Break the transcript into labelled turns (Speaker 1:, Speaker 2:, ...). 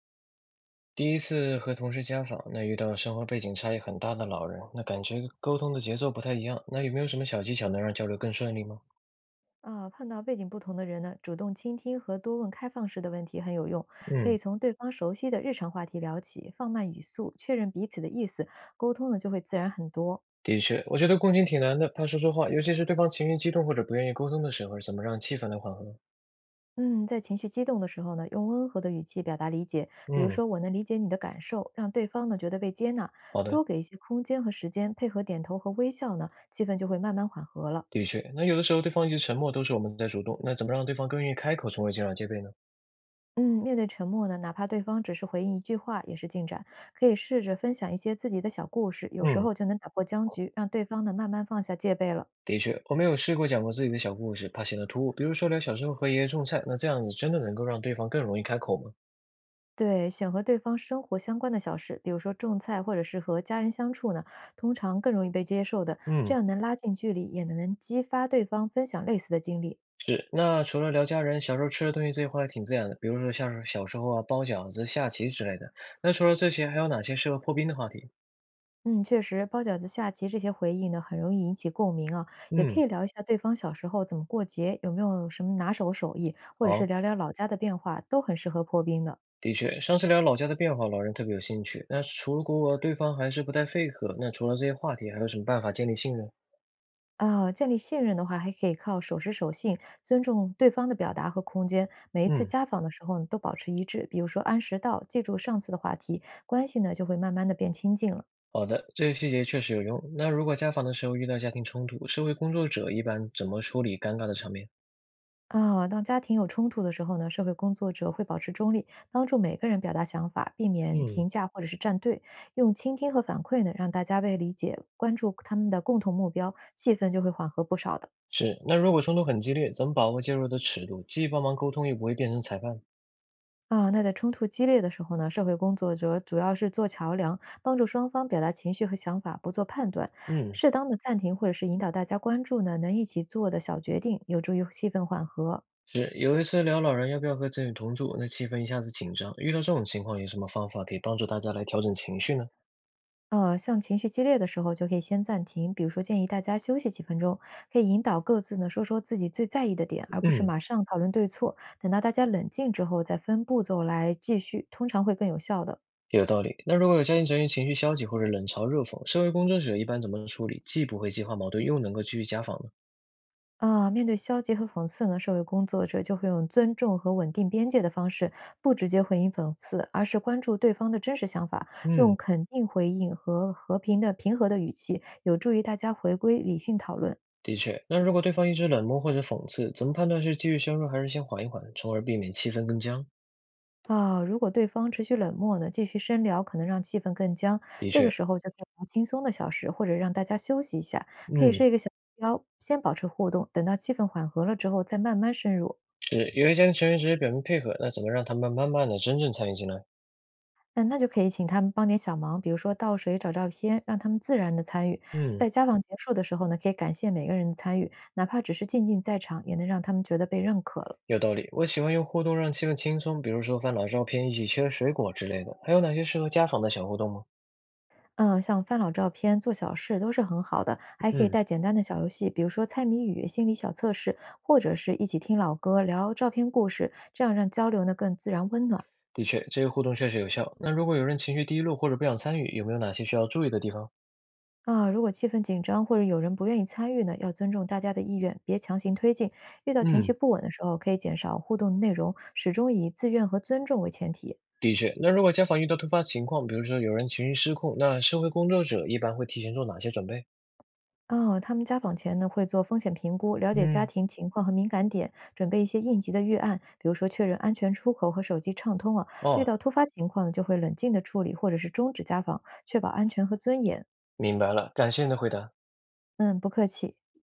Speaker 1: 第一次和同事家访，那遇到生活背景差异很大的老人，那感觉沟通的节奏不太一样。那有没有什么小技巧能让交流更顺利吗？
Speaker 2: 碰到背景不同的人呢，主动倾听和多问开放式的问题很有用。可以
Speaker 1: 嗯。
Speaker 2: 从对方熟悉的日常话题聊起，放慢语速，确认彼此的意思，沟通呢就会自然很多。
Speaker 1: 的确，我觉得共情挺难的，怕说错话，尤其是对方情绪激动或者不愿意沟通的时候，怎么让气氛来缓和？
Speaker 2: 嗯，在情绪激动的时候呢，用温和的语气表达理解，比如
Speaker 1: 嗯。
Speaker 2: 说我能理解你的感受，让对方呢觉得被接纳，
Speaker 1: 好的。
Speaker 2: 多给一些空间和时间，配合点头和微笑呢，气氛就会慢慢缓和了。
Speaker 1: 的确，那有的时候对方一直沉默都是我们在主动，那怎么让对方更愿意开口，成为减少戒备呢？
Speaker 2: 嗯，面对沉默呢，哪怕对方只是回应一句话，也是进展。可以试着分享一些自己的小故事，有时
Speaker 1: 嗯。
Speaker 2: 候就能打破僵局，让对方呢慢慢放下戒备了。
Speaker 1: 的确，我没有试过讲过自己的小故事，怕显得突兀，比如说聊小时候和爷爷种菜，那这样子真的能够让对方更容易开口吗？
Speaker 2: 对，选和对方生活相关的小事，比如说种菜或者是和家人相处呢，通常更容易被接受的。这
Speaker 1: 嗯。
Speaker 2: 样能拉近距离，也能激发对方分享类似的经历。
Speaker 1: 是，那除了聊家人，小时候吃的东西这一块挺自然的，比如说像是小时候啊包饺子、下棋之类的。那除了这些，还有哪些适合破冰的话题？
Speaker 2: 嗯，确实，包饺子、下棋这些回忆呢，很容易引起共鸣啊。也可
Speaker 1: 嗯。
Speaker 2: 以聊一下对方小时候怎么过节，有没有什么拿手手艺，或者是
Speaker 1: 好。
Speaker 2: 聊聊老家的变化，都很适合破冰的。
Speaker 1: 的确，上次聊老家的变化，老人特别有兴趣。那除如果对方还是不太配合，那除了这些话题，还有什么办法建立信任？
Speaker 2: 建立信任的话，还可以靠守时守信，尊重对方的表达和空间。每一次
Speaker 1: 嗯。
Speaker 2: 家访的时候呢，都保持一致，比如说按时到，记住上次的话题，关系呢就会慢慢的变亲近了。
Speaker 1: 好的，这些细节确实有用。那如果家访的时候遇到家庭冲突，社会工作者一般怎么处理尴尬的场面？
Speaker 2: 当家庭有冲突的时候呢，社会工作者会保持中立，帮助每个人表达想法，避免评
Speaker 1: 嗯。
Speaker 2: 价或者是站队，用倾听和反馈呢，让大家被理解，关注他们的共同目标，气氛就会缓和不少的。
Speaker 1: 是，那如果冲突很激烈，怎么把握介入的尺度，既帮忙沟通，又不会变成裁判？
Speaker 2: 那在冲突激烈的时候呢，社会工作者主要是做桥梁，帮助双方表达情绪和想法，不做判断。
Speaker 1: 嗯。
Speaker 2: 适当的暂停或者是引导大家关注呢，能一起做的小决定，有助于气氛缓和。
Speaker 1: 是，有一次聊老人要不要和子女同住，那气氛一下子紧张。遇到这种情况，有什么方法可以帮助大家来调整情绪呢？
Speaker 2: 像情绪激烈的时候，就可以先暂停，比如说建议大家休息几分钟，可以引导各自呢说说自己最在意的点，而不是
Speaker 1: 嗯。
Speaker 2: 马上讨论对错。等到大家冷静之后，再分步骤来继续，通常会更有效的。
Speaker 1: 有道理。那如果有家庭成员情绪消极或者冷嘲热讽，社会工作者一般怎么处理，既不会激化矛盾，又能够继续家访呢？
Speaker 2: 面对消极和讽刺呢，社会工作者就会用尊重和稳定边界的方式，不直接回应讽刺，而是关注对方的真实想法，用
Speaker 1: 嗯。
Speaker 2: 肯定回应和平和的语气，有助于大家回归理性讨论。
Speaker 1: 的确。那如果对方一直冷漠或者讽刺，怎么判断是继续深入还是先缓一缓，从而避免气氛更僵？
Speaker 2: 如果对方持续冷漠呢，继续深聊可能让气氛更僵。
Speaker 1: 的
Speaker 2: 这个
Speaker 1: 确。
Speaker 2: 时候就可以聊轻松的小事，或者让大家休息一下，可以设
Speaker 1: 嗯。
Speaker 2: 一个小目标，先保持互动，等到气氛缓和了之后再慢慢深入。
Speaker 1: 是。有些家庭成员直接表明配合，那怎么让他们慢慢的真正参与进来？
Speaker 2: 嗯，那就可以请他们帮点小忙，比如说倒水、找照片，让他们自然的参与。
Speaker 1: 嗯。
Speaker 2: 在家访结束的时候呢，可以感谢每个人的参与，哪怕只是静静在场，也能让他们觉得被认可了。
Speaker 1: 有道理，我喜欢用互动让气氛轻松，比如说翻老照片、一起切水果之类的。还有哪些适合家访的小互动吗？
Speaker 2: 嗯，像翻老照片、做小事都是很好的，还可以
Speaker 1: 嗯。
Speaker 2: 带简单的小游戏，比如说猜谜语、心理小测试，或者是一起听老歌、聊照片故事，这样让交流呢更自然温暖。
Speaker 1: 的确，这些互动确实有效。那如果有人情绪低落或者不想参与，有没有哪些需要注意的地方？
Speaker 2: 如果气氛紧张或者有人不愿意参与呢，要尊重大家的意愿，别强行推进。遇到情绪
Speaker 1: 嗯。
Speaker 2: 不稳的时候，可以减少互动内容，始终以自愿和尊重为前提。
Speaker 1: 的确。那如果家访遇到突发情况，比如说有人情绪失控，那社会工作者一般会提前做哪些准备？
Speaker 2: 哦，他们家访前呢会做风险评估，了解家
Speaker 1: 嗯。
Speaker 2: 庭情况和敏感点，准备一些应急的预案，比如说确认安全出口和手机畅通啊。遇
Speaker 1: 哦，
Speaker 2: 到突发情况呢，就会冷静的处理或者是终止家访，确保安全和尊严。
Speaker 1: 明白了，感谢你的回答。
Speaker 2: 嗯，不客气。